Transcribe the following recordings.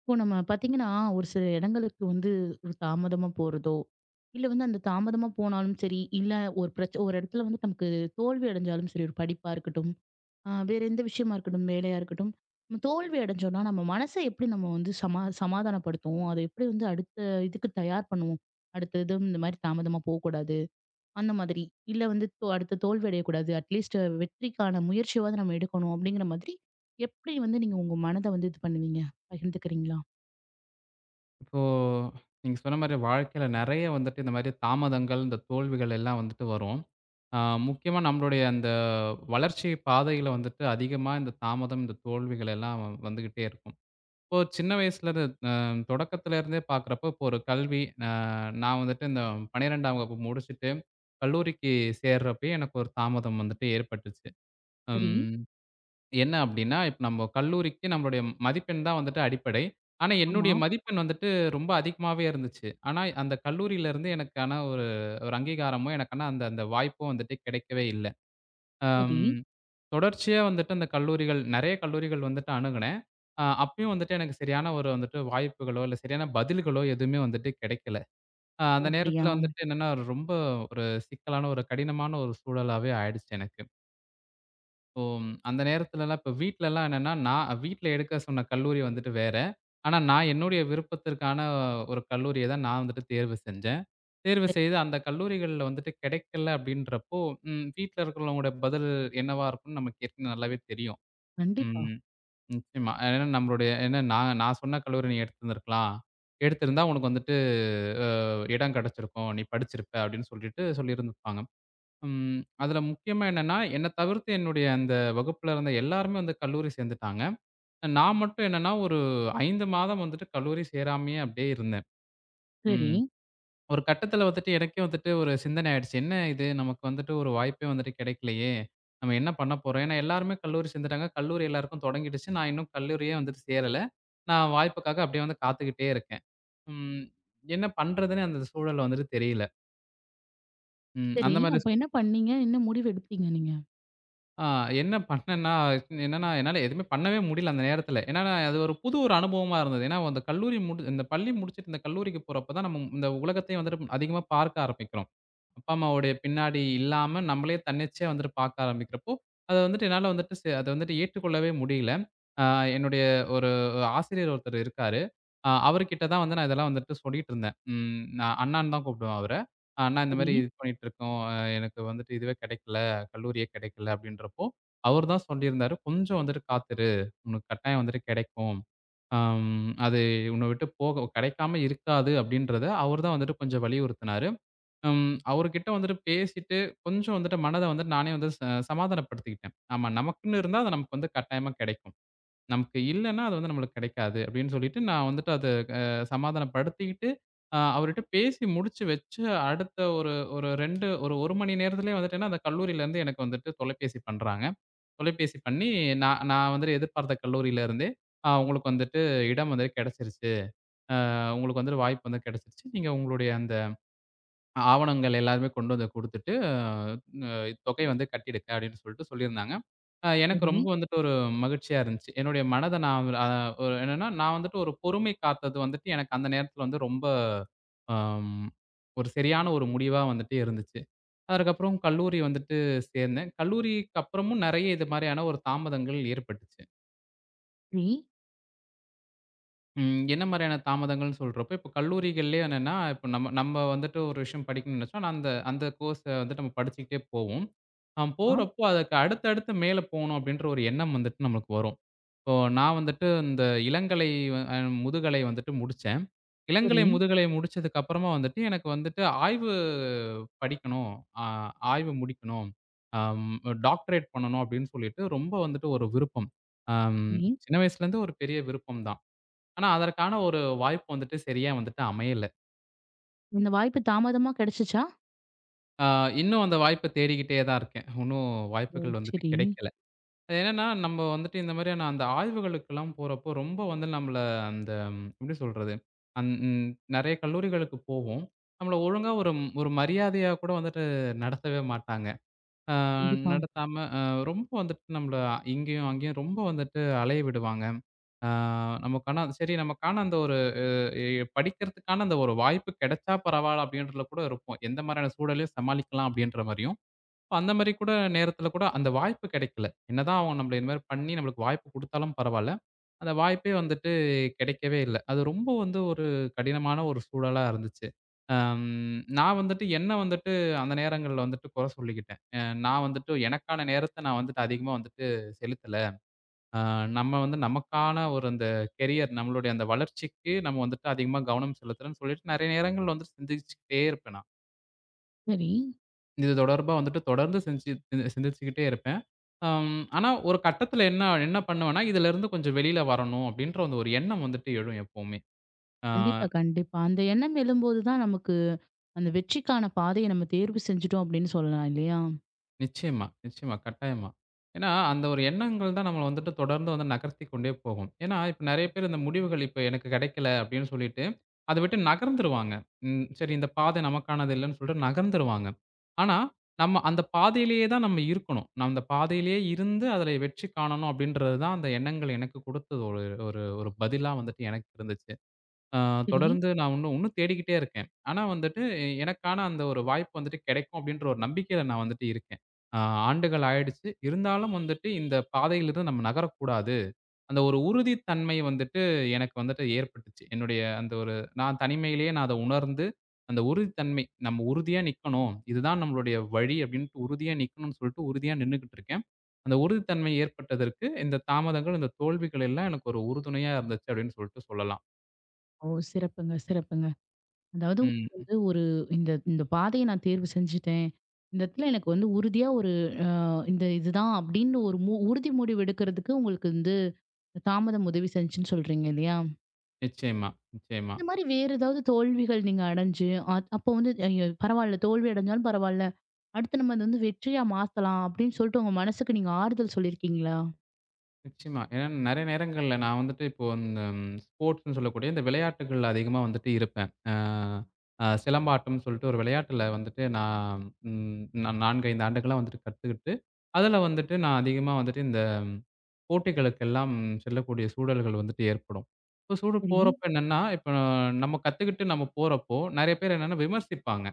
இப்போ நம்ம பார்த்தீங்கன்னா, ஒரு சில இடங்களுக்கு வந்து ஒரு தாமதமா போறதோ, இல்ல வந்து அந்த தாமதமா போனாலும் சரி, இல்ல ஒரு இடத்துல வந்து நமக்கு தோல்வி அடைஞ்சாலும் சரி, ஒரு படிப்பா இருக்கட்டும், வேற எந்த விஷயமா இருக்கட்டும், வேலையா இருக்கட்டும், நம்ம தோல்வி அடைஞ்சோம்னா, நம்ம மனச எப்படி நம்ம வந்து சமாதானப்படுத்துவோம்? அத எப்படி வந்து அடுத்த இதுக்கு தயார் பண்ணுவோம்? அடுத்த இதுவும் இந்த மாரி தாமதமா போக்கூடாது. அந்த மாதிரி. இல்ல வந்து அடுத்து தோல்வி அடையக்கூடாது. அட்லீஸ்ட் வெற்றிக்கான முயற்சியாவது நம்ம எடுக்கணும். அப்படிங்கிற மாதிரி எப்படி வந்து நீங்க உங்க மனத வந்து இது பண்ணுவீங்க? பகிர்ந்துக்கிறீங்களா? இப்போ நீங்க சொன்ன மாரி வாழ்க்கையில நெறைய வந்துட்டு இந்த மாரி தாமதங்கள், இந்த தோல்விகள் எல்லாம் வந்துட்டு வரும். ஆ முக்கியமா நம்மளுடைய அந்த வளர்ச்சி பாதையில வந்துட்டு அதிகமா இந்த தாமதம், இந்த தோல்விகள் எல்லாம் வந்துகிட்டே இருக்கும். இப்போ சின்ன வயசுலருந்து அ தொடக்கத்துல இருந்தே பார்க்குறப்போ, இப்போ ஒரு கல்வி அ நான் வந்துட்டு இந்த 12ஆம் வகுப்பு முடிச்சுட்டு கல்லூரிக்கு சேர்றப்பயே எனக்கு ஒரு தாமதம் வந்துட்டு ஏற்பட்டுச்சு. சரி. ம். என்ன அப்டின்னா, இப்ப நம்ம கல்லூரிக்கு நம்மளுடைய மதிப்பெண் தான் வந்துட்டு அடிப்படை. ஆனா, ஆமா. என்னுடைய மதிப்பெண் வந்துட்டு ரொம்ப அதிகமாவே இருந்துச்சு. ஆனா, அந்த கல்லூரியில இருந்து எனக்கான ஒரு ஒரு அங்கீகாரமோ, எனக்கான அந்த அந்த வாய்ப்போ வந்துட்டு கிடைக்கவே இல்ல. சரி. அம் தொடர்ச்சியா வந்துட்டு அந்த கல்லூரிகள் நெறைய கல்லூரிகள் வந்துட்டு அணுகுனேன். அப்பயும் வந்துட்டு எனக்கு சரியான ஒரு வந்துட்டு வாய்ப்புகளோ, இல்ல சரியான பதில்களோ எதுவுமே வந்துட்டு கிடைக்கல. ஓ! அந்த அப்படியா? நேரத்துல வந்துட்டு என்னன்னா, ரொம்ப ஒரு சிக்கலான ஒரு கடினமான ஒரு சூழலாவே ஆயிடுச்சு எனக்கு. ஓ! அந்த நேரத்துலலாம் இப்ப வீட்லலாம் என்னன்னா, நான் வீட்ல எடுக்க சொன்ன கல்லூரி வந்துட்டு வேற. ஆனா, நான் என்னுடைய விருப்பத்திற்கான ஒரு கல்லூரிய தான் நான் வந்துட்டு தேர்வு செஞ்சேன். தேர்வு சரி. செய்து அந்த கல்லூரிகள்ல வந்துட்டு கிடைக்கல அப்படின்றப்போ, ம் வீட்ல இருக்கிறவங்களோட பதில் என்னவா இருக்கும்னு நமக்கு ஏற்கனவே நல்லாவே தெரியும். கண்டிப்பா. ம். நிச்சயமா. ஏன்னா நான் நான் சொன்ன கல்லூரி நீ எடுத்திருந்திருக்கலாம். எடுத்திருந்தா உனக்கு வந்துட்டு அ இடம் கிடைச்சிருக்கும். நீ படிச்சிருப்ப அப்படின்னு சொல்லிட்டு சொல்லியிருந்துப்பாங்க. ம். அதுல முக்கியமா என்னன்னா, என்ன தவிர்த்து என்னுடைய அந்த வகுப்புல இருந்த எல்லாருமே வந்து கல்லூரி சேர்ந்துட்டாங்க. நான் மட்டும் என்னன்னா, ஒரு 5 மாதம் வந்துட்டு கல்லூரி சேராமயே அப்படியே இருந்தேன். சரி. ம். ஒரு கட்டத்துல வந்துட்டு எனக்கே வந்துட்டு ஒரு சிந்தனை ஆயிடுச்சு. என்ன இது நமக்கு வந்துட்டு ஒரு வாய்ப்பே வந்துட்டு கிடைக்கலையே! நம்ம என்ன பண்ண போறோம்? ஏன்னா எல்லாருமே கல்லூரி சேர்ந்துட்டாங்க. கல்லூரி எல்லாருக்கும் தொடங்கிடுச்சு. நான் இன்னும் கல்லூரியே வந்துட்டு சேரல. நான் வாய்ப்புக்காக அப்படியே வந்து காத்துக்கிட்டே இருக்கேன். ம். என்ன பண்றதுன்னு அந்த சூழல் வந்துட்டு தெரியல. ம். சரி. அந்த மாரி அப்ப என்ன பண்ணீங்க? என்ன முடிவு எடுத்தீங்க நீங்க? ஆ என்ன பண்ணேன்னா, என்னன்னா, என்னால எதுவுமே பண்ணவே முடியல அந்த நேரத்தில. ஏன்னா, நான் அது ஒரு புது ஒரு அனுபவமா இருந்தது. ஏன்னா, அந்த கல்லூரி முடி இந்த பள்ளி முடிச்சுட்டு இந்த கல்லூரிக்கு போறப்ப தான் நம்ம இந்த உலகத்தையும் வந்துட்டு அதிகமா பார்க்க ஆரம்பிக்கிறோம். அப்பா, அம்மாவுடைய பின்னாடி இல்லாம, நம்மளே தன்னிச்சையா வந்துட்டு பார்க்க ஆரம்பிக்கிறப்போ, அத வந்துட்டு என்னால வந்துட்டு அத வந்துட்டு ஏற்றுக்கொள்ளவே முடியல. அ என்னுடைய ஒரு ஆசிரியர் ஒருத்தர் இருக்காரு. அவர்கிட்ட தான் வந்து நான் இதெல்லாம் வந்துட்டு சொல்லிட்டு இருந்தேன். நான் அண்ணான்னு தான் கூப்பிடுவேன் அவர. "அண்ணா இந்த சரி, மாரி இது பண்ணிட்டுருக்கோம். எனக்கு வந்துட்டு இதுவே கிடைக்கல. கல்லூரியே கிடைக்கல." அப்படின்றப்போ, அவரு தான் சொல்லியிருந்தாரு, "கொஞ்சம் வந்துட்டு காத்துரு. உனக்கு கட்டாயம் வந்துட்டு கிடைக்கும். அது உன்ன விட்டு போக கிடைக்காம இருக்காது." அப்படின்றத அவரு தான் வந்துட்டு கொஞ்சம் வலியுறுத்தினாரு. ம். அவருகிட்ட வந்துட்டு பேசிட்டு, கொஞ்சம் வந்துட்டு மனத வந்துட்டு நானே வந்து சமாதானப்படுத்திக்கிட்டேன். ஆமா, நமக்குன்னு இருந்தா அது நமக்கு வந்து கட்டாயமா கிடைக்கும். நமக்கு இல்லன்னா, அது வந்து நம்மளுக்கு கிடைக்காது. அப்படின்னு சொல்லிட்டு நான் வந்துட்டு அத அ சமாதானப்படுத்திக்கிட்டு, அவர்ட்ட பேசி முடிச்சு வச்சு, அடுத்த ஒரு ஒரு 2 ஒரு 1 மணி நேரத்திலேயே வந்துட்டேன்னா, அந்த கல்லூரியிலேருந்து எனக்கு வந்துட்டு தொலைபேசி பண்றாங்க. தொலைபேசி பண்ணி, நான் நான் வந்துட்டு எதிர்பார்த்த கல்லூரியில இருந்தே, உங்களுக்கு வந்துட்டு இடம் வந்து கிடைச்சிருச்சு. உங்களுக்கு வந்துட்டு வாய்ப்பு வந்து கிடைச்சிருச்சு. நீங்க உங்களுடைய அந்த" ஆவணங்கள் எல்லாமே கொண்டு வந்து குடுத்துட்டு, தொகை வந்து கட்டிடுங்க அப்படின்னு சொல்லிட்டு சொல்லியிருந்தாங்க. எனக்கு சரி. ரொம்ப வந்துட்டு ஒரு மகிழ்ச்சியா இருந்துச்சு. என்னுடைய மனத நான் ஒரு என்னன்னா, நான் வந்துட்டு ஒரு பொறுமை காத்தது வந்துட்டு எனக்கு அந்த நேரத்தில வந்து ரொம்ப அம் ஒரு சரியான ஒரு முடிவா வந்துட்டு இருந்துச்சு. அதற்கப்புறம் கல்லூரி வந்துட்டு சேர்ந்தேன். கல்லூரிக்கு அப்புறமும் நெறைய இது மாரியான ஒரு தாமதங்கள் ஏற்பட்டுச்சு. சரி. ம். என்ன மாரியான தாமதங்கள்னு சொல்றப்போ, இப்ப கல்லூரிகள்லயே என்னன்னா, இப்ப நம்ம நம்ம வந்துட்டு ஒரு விஷயம் படிக்கணும்னு நெனச்சோம்னா, அந்த அந்த கோர்ஸ வந்துட்டு நம்ம படிச்சுக்கிட்டே போவோம். ஆ. போறப்போ அதுக்கு அடுத்து அடுத்து மேல போணும் அப்டின்ற ஒரு எண்ணம் வந்துட்டு நம்மளுக்கு வரும். இப்போ நான் வந்துட்டு இந்த இளங்கலை அ முதுகலை வந்துட்டு முடிச்சேன். இளங்கலை, சரி. முதுகலை முடிச்சதுக்கு அப்புறமா வந்துட்டு எனக்கு வந்துட்டு ஆய்வு படிக்கணும், அ ஆய்வு முடிக்கணும், அம் டாக்டரேட் பண்ணணும் அப்டின்னு சொல்லிட்டு ரொம்ப வந்துட்டு ஒரு விருப்பம். அம் சரி. சின்ன வயசுலேருந்து ஒரு பெரிய விருப்பம் தான். ஆனா, அதற்கான ஒரு வாய்ப்பு வந்துட்டு சரியா வந்துட்டு அமையல. இந்த வாய்ப்பு தாமதமா கிடைச்சுச்சா? ஆ இன்னும் அந்த வாய்ப்ப தேடிக்கிட்டே தான் இருக்கேன். இன்னும் ஓ! வாய்ப்புகள் வந்துட்டு சரி. கிடைக்கல. அது என்னன்னா, நம்ம வந்துட்டு இந்த மாதிரியான அந்த ஆய்வுகளுக்கெல்லாம் போறப்போ, ரொம்ப வந்து நம்மள அந்த எப்படி சொல்றது? அந் ம் நெறைய கல்லூரிகளுக்கு போவோம். நம்மள ஒழுங்கா ஒரு மரியாதையா கூட வந்துட்டு நடத்தவே மாட்டாங்க. ஆ கண்டிப்பா. நடத்தாம ரொம்ப வந்துட்டு நம்மள இங்கேயும், அங்கேயும் ரொம்ப வந்துட்டு அலைய விடுவாங்க. ஆ நமக்கான அந்த ஒரு எ படிக்கிறதுக்கான அந்த ஒரு வாய்ப்பு கிடைச்சா பரவால்ல அப்படின்றதுல கூட இருப்போம். எந்த மாரியான சூழலையும் சமாளிக்கலாம் அப்படின்ற மாரியும். அந்த மாரி கூட நேரத்துல கூட அந்த வாய்ப்பு கிடைக்கல. என்னதான் அவங்க நம்மள இந்த மாரி பண்ணி நம்மளுக்கு வாய்ப்பு குடுத்தாலும் பரவால்ல. அந்த வாய்ப்பே வந்துட்டு கிடைக்கவே இல்ல. அது ரொம்ப வந்து ஒரு கடினமான ஒரு சூழலா இருந்துச்சு. அம் நான் வந்துட்டு என்ன வந்துட்டு அந்த நேரங்கள்ல வந்துட்டு குறை சொல்லிக்கிட்டேன். நான் வந்துட்டு எனக்கான நேரத்த நான் வந்துட்டு அதிகமா வந்துட்டு செலுத்தல. ஆ நம்ம வந்து நமக்கான ஒரு அந்த கெரியர், நம்மளுடைய அந்த வளர்ச்சிக்கு நம்ம வந்துட்டு அதிகமா கவனம் செலுத்தணும்னு சொல்லிட்டு நெறைய நேரங்கள்ல வந்துட்டு சிந்திச்சுக்கிட்டே இருப்பேன் நான். சரி. இது தொடர்பா வந்துட்டு தொடர்ந்து சிந்திச்சு சிந்திச்சுக்கிட்டே இருப்பேன். ஆனா ஒரு கட்டத்துல என்ன என்ன பண்ணுவேன்னா, இதுலருந்து கொஞ்சம் வெளில வரணும் அப்டின்ற அந்த ஒரு எண்ணம் வந்துட்டு எழும் எப்பவுமே. ஆ. கண்டிப்பா, கண்டிப்பா. அந்த எண்ணம் எழும்போது தான் நமக்கு அந்த வெற்றிக்கான பாதைய நம்ம தேர்வு செஞ்சுட்டோம் அப்படின்னு சொல்லலாம் இல்லையா? நிச்சயமா, நிச்சயமா. கட்டாயமா. ஏன்னா, அந்த ஒரு எண்ணங்கள் தான் நம்மள வந்துட்டு தொடர்ந்து வந்து நகர்த்திக் கொண்டே போகும். ஏன்னா, இப்ப நெறைய பேர் இந்த முடிவுகள் இப்ப எனக்கு கிடைக்கல அப்படின்னு சொல்லிட்டு, அத விட்டு நகர்ந்துருவாங்க. ம் சரி இந்த பாதை நமக்கானது இல்லன்னு சொல்லிட்டு நகர்ந்துருவாங்க. ஆனா, நம்ம அந்த பாதையிலேயே தான் நம்ம இருக்கணும். நம்ம அந்த பாதையிலேயே இருந்து அதில வெற்றி காணணும் அப்படின்றது தான் அந்த எண்ணங்கள் எனக்கு குடுத்தது ஒரு ஒரு ஒரு பதிலா வந்துட்டு எனக்கு இருந்துச்சு. ஆ சரி. தொடர்ந்து நான் இன்னும் இன்னும் தேடிக்கிட்டே இருக்கேன். ஆனா வந்துட்டு, எனக்கான அந்த ஒரு வாய்ப்பு வந்துட்டு கெடைக்கும் அப்டின்ற ஒரு நம்பிக்கையில நான் வந்துட்டு இருக்கேன். ஆ ஆண்டுகள் ஆயிடுச்சு. இருந்தாலும் வந்துட்டு இந்த பாதையிலிருந்து நம்ம நகரக்கூடாது. அந்த ஒரு உறுதித்தன்மை வந்துட்டு எனக்கு வந்துட்டு ஏற்பட்டுச்சு. என்னுடைய அந்த ஒரு நான் தனிமையிலேயே நான் அத உணர்ந்து, அந்த உறுதித்தன்மை நம்ம உறுதியா நிக்கணும். இதுதான் நம்மளுடைய வழி அப்டின்ட்டு உறுதியா நிக்கணும்னு சொல்லிட்டு உறுதியா நின்னுகிட்டு இருக்கேன். அந்த உறுதித்தன்மை ஏற்பட்டதற்கு இந்த தாமதங்கள், இந்த தோல்விகள் எல்லாம் எனக்கு ஒரு உறுதுணையா இருந்துச்சு அப்டின்னு சொல்லிட்டு சொல்லலாம். ஓ! சிறப்புங்க, சிறப்புங்க. அதாவது உங்களுக்கு ம். வந்து ஒரு இந்த இந்த பாதைய நான் தேர்வு செஞ்சுட்டேன். இந்த இடத்துல எனக்கு வந்து உறுதியா ஒரு அ இந்த இதுதான் அப்படின்னு ஒரு உறுதி முடிவு எடுக்கிறதுக்கு உங்களுக்கு வந்து தாமதம் உதவி செஞ்சுன்னு சொல்றீங்க இல்லையா? நிச்சயமா, நிச்சயமா, இந்த மாரி வேற ஏதாவது தோல்விகள் நீங்க அடைஞ்சு, அப்போ வந்து ஐயோ! பரவால்ல தோல்வி அடைஞ்சாலும் பரவால்ல. அடுத்து நம்ம அத வந்து வெற்றியா மாத்தலாம் அப்படின்னு சொல்லிட்டு உங்க மனசுக்கு நீங்க ஆறுதல் சொல்லியிருக்கீங்களா? நிச்சயமா. ஏன்னா நெறைய நேரங்கள்ல நான் வந்துட்டு இப்போ இந்த ஸ்போர்ட்ஸ்ன்னு சொல்லக்கூடிய இந்த விளையாட்டுகள்ல அதிகமா வந்துட்டு இருப்பேன். அ அ சிலம்பாட்டம்னு சொல்லிட்டு ஒரு விளையாட்டுல வந்துட்டு ம் நான் 4, 5 ஆண்டுகளா வந்துட்டு கத்துக்கிட்டு, அதுல வந்துட்டு நான் அதிகமா வந்துட்டு இந்த போட்டிகளுக்கெல்லாம் செல்லக்கூடிய சூழல்கள் வந்துட்டு ஏற்படும். இப்போ சூடு சரி, போறப்ப என்னன்னா, இப்போ நம்ம கத்துக்கிட்டு நம்ம போறப்போ, நெறைய பேர் என்னன்னா விமர்சிப்பாங்க.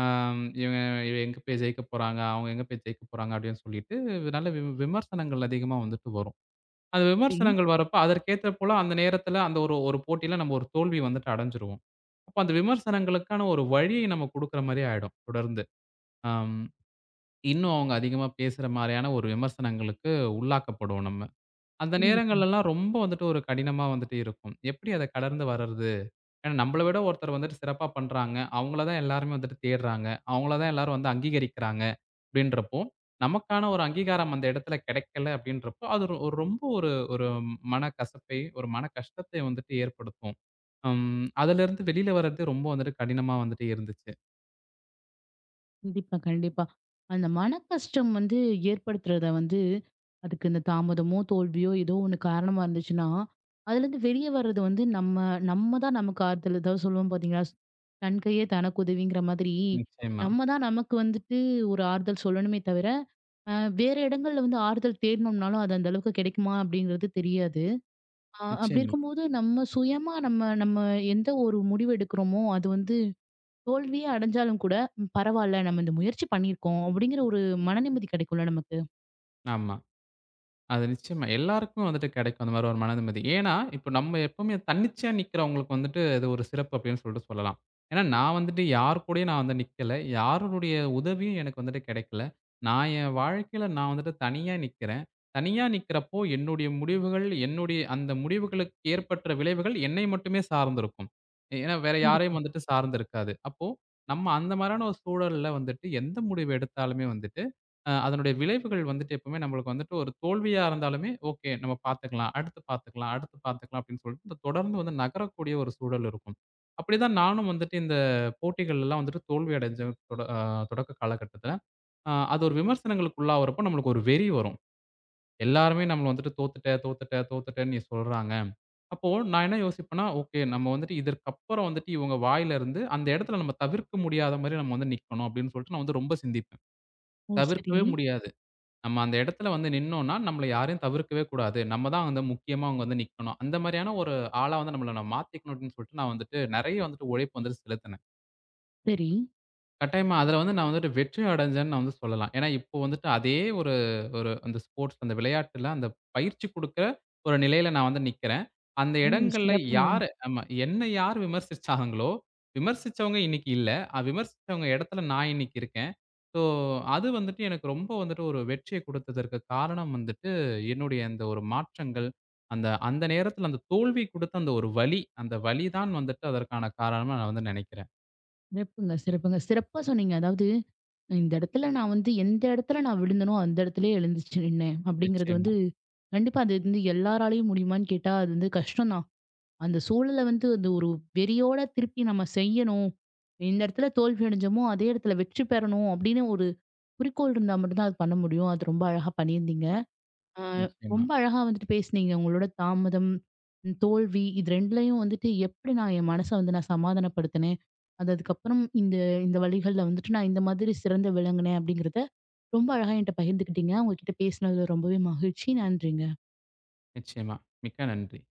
ஆம், இவங்க எங்க போய் ஜெயிக்க போறாங்க, அவங்க எங்க போய் ஜெயிக்க போறாங்க அப்படின்னு சொல்லிட்டு நல்ல விமர்சனங்கள் அதிகமா வந்துட்டு வரும். அந்த சரி. விமர்சனங்கள் வரப்ப அதற்கேத்த போல அந்த நேரத்துல அந்த ஒரு ஒரு போட்டியில நம்ம ஒரு தோல்வி வந்துட்டு அடைஞ்சிருவோம். அப்ப அந்த விமர்சனங்களுக்கான ஒரு வழியை நம்ம குடுக்குற மாரி ஆயிடும் தொடர்ந்து. ஆம், இன்னும் அவங்க அதிகமா பேசுற மாரியான ஒரு விமர்சனங்களுக்கு உள்ளாக்கப்படுவோம் நம்ம. அந்த கண்டிப்பா. நேரங்கள்லலாம் ரொம்ப வந்துட்டு ஒரு கடினமா வந்துட்டு இருக்கும். எப்படி அத கடந்து வரது? ஏன்னா நம்மள விட ஒருத்தர் வந்துட்டு சிறப்பா பண்றாங்க. அவங்கள தான் எல்லாருமே வந்துட்டு தேடுறாங்க. அவங்கள தான் எல்லாரும் வந்து அங்கீகரிக்கிறாங்க அப்படின்றப்போ, நமக்கான ஒரு அங்கீகாரம் அந்த இடத்துல கிடைக்கல அப்படின்றப்போ, அது ஒரு ஒரு ரொம்ப ஒரு ஒரு மனக்கசப்பை, ஒரு மன கஷ்டத்தை வந்துட்டு ஏற்படுத்தும். ம். அதிலிருந்து வெளியில வர்றது ரொம்ப வந்துட்டு கடினமா வந்துட்டு இருந்துச்சு. கண்டிப்பா, கண்டிப்பா. அந்த மனக்கஷ்டம் வந்து ஏற்படுத்துறத வந்து, அதுக்கு இந்த தாமதமோ, தோல்வியோ ஏதோ ஒண்ணு காரணமா இருந்துச்சுன்னா, அதுலேருந்து வெளிய வர்றது வந்து நம்ம நம்ம தான் நமக்கு ஆறுதல். ஏதாவது சொல்லுவோம் பார்த்தீங்களா? "தன் கையே தனக்கு உதவிங்கிற" மாதிரி, நிச்சயமா, நம்ம தான் நமக்கு வந்துட்டு ஒரு ஆறுதல் சொல்லணுமே தவிர, அ வேற இடங்கள்ல வந்து ஆறுதல் தேடணும்னாலும், அது அந்த அளவுக்கு கிடைக்குமா அப்படிங்கிறது தெரியாது. அப்படி நிச்சயமா. இருக்கும்போது, நம்ம சுயமா நம்ம நம்ம எந்த ஒரு முடிவு எடுக்கிறோமோ, அது வந்து தோல்வியே அடைஞ்சாலும் கூட, ம் பரவால்ல நம்ம இந்த முயற்சி பண்ணியிருக்கோம் அப்படிங்கிற ஒரு மனநிம்மதி கிடைக்கும்ல நமக்கு. ஆமா. அது நிச்சயமா. எல்லாருக்குமே வந்துட்டு கிடைக்கும் அந்த மாரி ஒரு மன நிம்மதி. ஏன்னா, இப்ப நம்ம எப்பவுமே தன்னிச்சையா நிக்கிறவங்களுக்கு வந்துட்டு அது ஒரு சிறப்பு அப்படின்னு சொல்லிட்டு சொல்லலாம். ஏன்னா, நான் வந்துட்டு யார் கூடயும் நான் வந்து நிக்கல. யாருடைய உதவியும் எனக்கு வந்துட்டு கிடைக்கல. நான் என் வாழ்க்கையில நான் வந்துட்டு தனியா நிக்கிறேன். தனியா நிக்கிறப்போ என்னுடைய முடிவுகள், என்னுடைய அந்த முடிவுகளுக்கு ஏற்பட்ட விளைவுகள் என்னை மட்டுமே சார்ந்திருக்கும். ஏன்னா, வேற கண்டிப் யாரையும் வந்துட்டு சார்ந்து இருக்காது. அப்போ நம்ம அந்த மாரியான ஒரு சூழல்ல வந்துட்டு எந்த முடிவு எடுத்தாலுமே வந்துட்டு அதனுடைய விளைவுகள் வந்துட்டு எப்பவுமே நம்மளுக்கு வந்துட்டு ஒரு தோல்வியா இருந்தாலுமே, ஓகே நம்ம பார்த்துக்கலாம், அடுத்து பார்த்துக்கலாம், அடுத்து பார்த்துக்கலாம் அப்படின்னு சொல்லிட்டு இந்த தொடர்ந்து வந்து நகரக்கூடிய ஒரு சூழல் இருக்கும். அப்படிதான் நானும் வந்துட்டு இந்த போட்டிகள்லாம் வந்துட்டு தோல்வி அடைஞ்சேன் தொடக்க காலகட்டத்தில. அது ஒரு விமர்சனங்களுக்கு உள்ளாகுறப்போ நம்மளுக்கு ஒரு வெறி வரும். எல்லாருமே நம்மள வந்துட்டு தோத்துட்ட, தோத்துட்ட, தோத்துட்டன்னு நீ சொல்றாங்க. அப்போ நான் என்ன யோசிப்பேன்னா, ஓகே நம்ம வந்துட்டு இதற்கப்புறம் வந்துட்டு இவங்க வாயிலருந்து அந்த இடத்துல நம்ம தவிர்க்க முடியாத மாரி நம்ம வந்து நிக்கணும் அப்படின்னு சொல்லிட்டு நான் வந்து ரொம்ப சிந்திப்பேன். ஓ! சரி. தவிர்க்கவே முடியாது. நம்ம அந்த இடத்துல வந்து நின்னோம்னா, நம்மள யாரையும் தவிர்க்கவே கூடாது. நம்ம தான் வந்து முக்கியமா அங்க வந்து நிக்கணும். அந்த மாரியான ஒரு ஆளா வந்து நம்மள நம்ம மாத்திக்கணும் அப்டின்னு சொல்லிட்டு, நான் வந்துட்டு நெறைய வந்துட்டு உழைப்பு வந்துட்டு செலுத்தினேன். சரி. கட்டாயமா அதுல வந்து நான் வந்துட்டு வெற்றி அடைஞ்சேன்னு நான் வந்து சொல்லலாம். ஏன்னா, இப்போ வந்துட்டு அதே ஒரு ஒரு அந்த ஸ்போர்ட்ஸ் அந்த விளையாட்டுல அந்த பயிற்சி குடுக்குற ஒரு நிலையில நான் வந்து நிக்கிறேன். அந்த ஓ! இடங்கள்ல சிறப்புங்க. யாரு ஆமா. என்ன யார் விமர்சிச்சாங்களோ, விமர்சிச்சவங்க இன்னைக்கு இல்ல. விமர்சிச்சவங்க இடத்துல நான் இன்னைக்கு இருக்கேன். ஸோ, அது வந்துட்டு எனக்கு ரொம்ப வந்துட்டு ஒரு வெற்றிய குடுத்ததற்கு காரணம் வந்துட்டு, என்னுடைய அந்த ஒரு மாற்றங்கள், அந்த அந்த நேரத்தில அந்த தோல்வி குடுத்த அந்த ஒரு வலி, அந்த வலி தான் வந்துட்டு அதற்கான காரணமா நான் வந்து நெனைக்கிறேன். சிறப்புங்க, சிறப்புங்க. சிறப்பா சொன்னீங்க. அதாவது இந்த இடத்துல நான் வந்து எந்த இடத்துல நான் விழுந்தனோ, அந்த இடத்துலயே எழுந்துச்சு நின்னேன் அப்படிங்கிறது நிச்சயமா, வந்து, கண்டிப்பா அது வந்து எல்லாராலயும் முடியுமான்னு கேட்டா, அது வந்து கஷ்டம் தான். அந்த சூழல வந்து அந்த ஒரு வெறியோட திருப்பி நம்ம செய்யணும். எந்த இடத்துல தோல்வி அடைஞ்சோமோ, அதே இடத்துல வெற்றி பெறணும் அப்படின்னு ஒரு குறிக்கோள் இருந்தா மட்டும் தான் அது பண்ண முடியும். அது ரொம்ப அழகா பண்ணியிருந்தீங்க. ஆ நிச்சயமா, ரொம்ப அழகா வந்துட்டு பேசுனீங்க. உங்களோட தாமதம், ம் தோல்வி இது 2லயும் வந்துட்டு எப்படி நான் என் மனச வந்து நான் சமாதானப்படுத்தினேன். அது அதுக்கப்புறம் இந்த இந்த வழிகள்ல வந்துட்டு நான் இந்த மாதிரி சிறந்து விளங்கினேன் அப்படிங்கிறத ரொம்ப அழகா என்கிட்ட பகிர்ந்துக்கிட்டீங்க. உங்ககிட்ட பேசினதுல ரொம்பவே மகிழ்ச்சி. நன்றிங்க. நிச்சயமா. மிக்க நன்றி.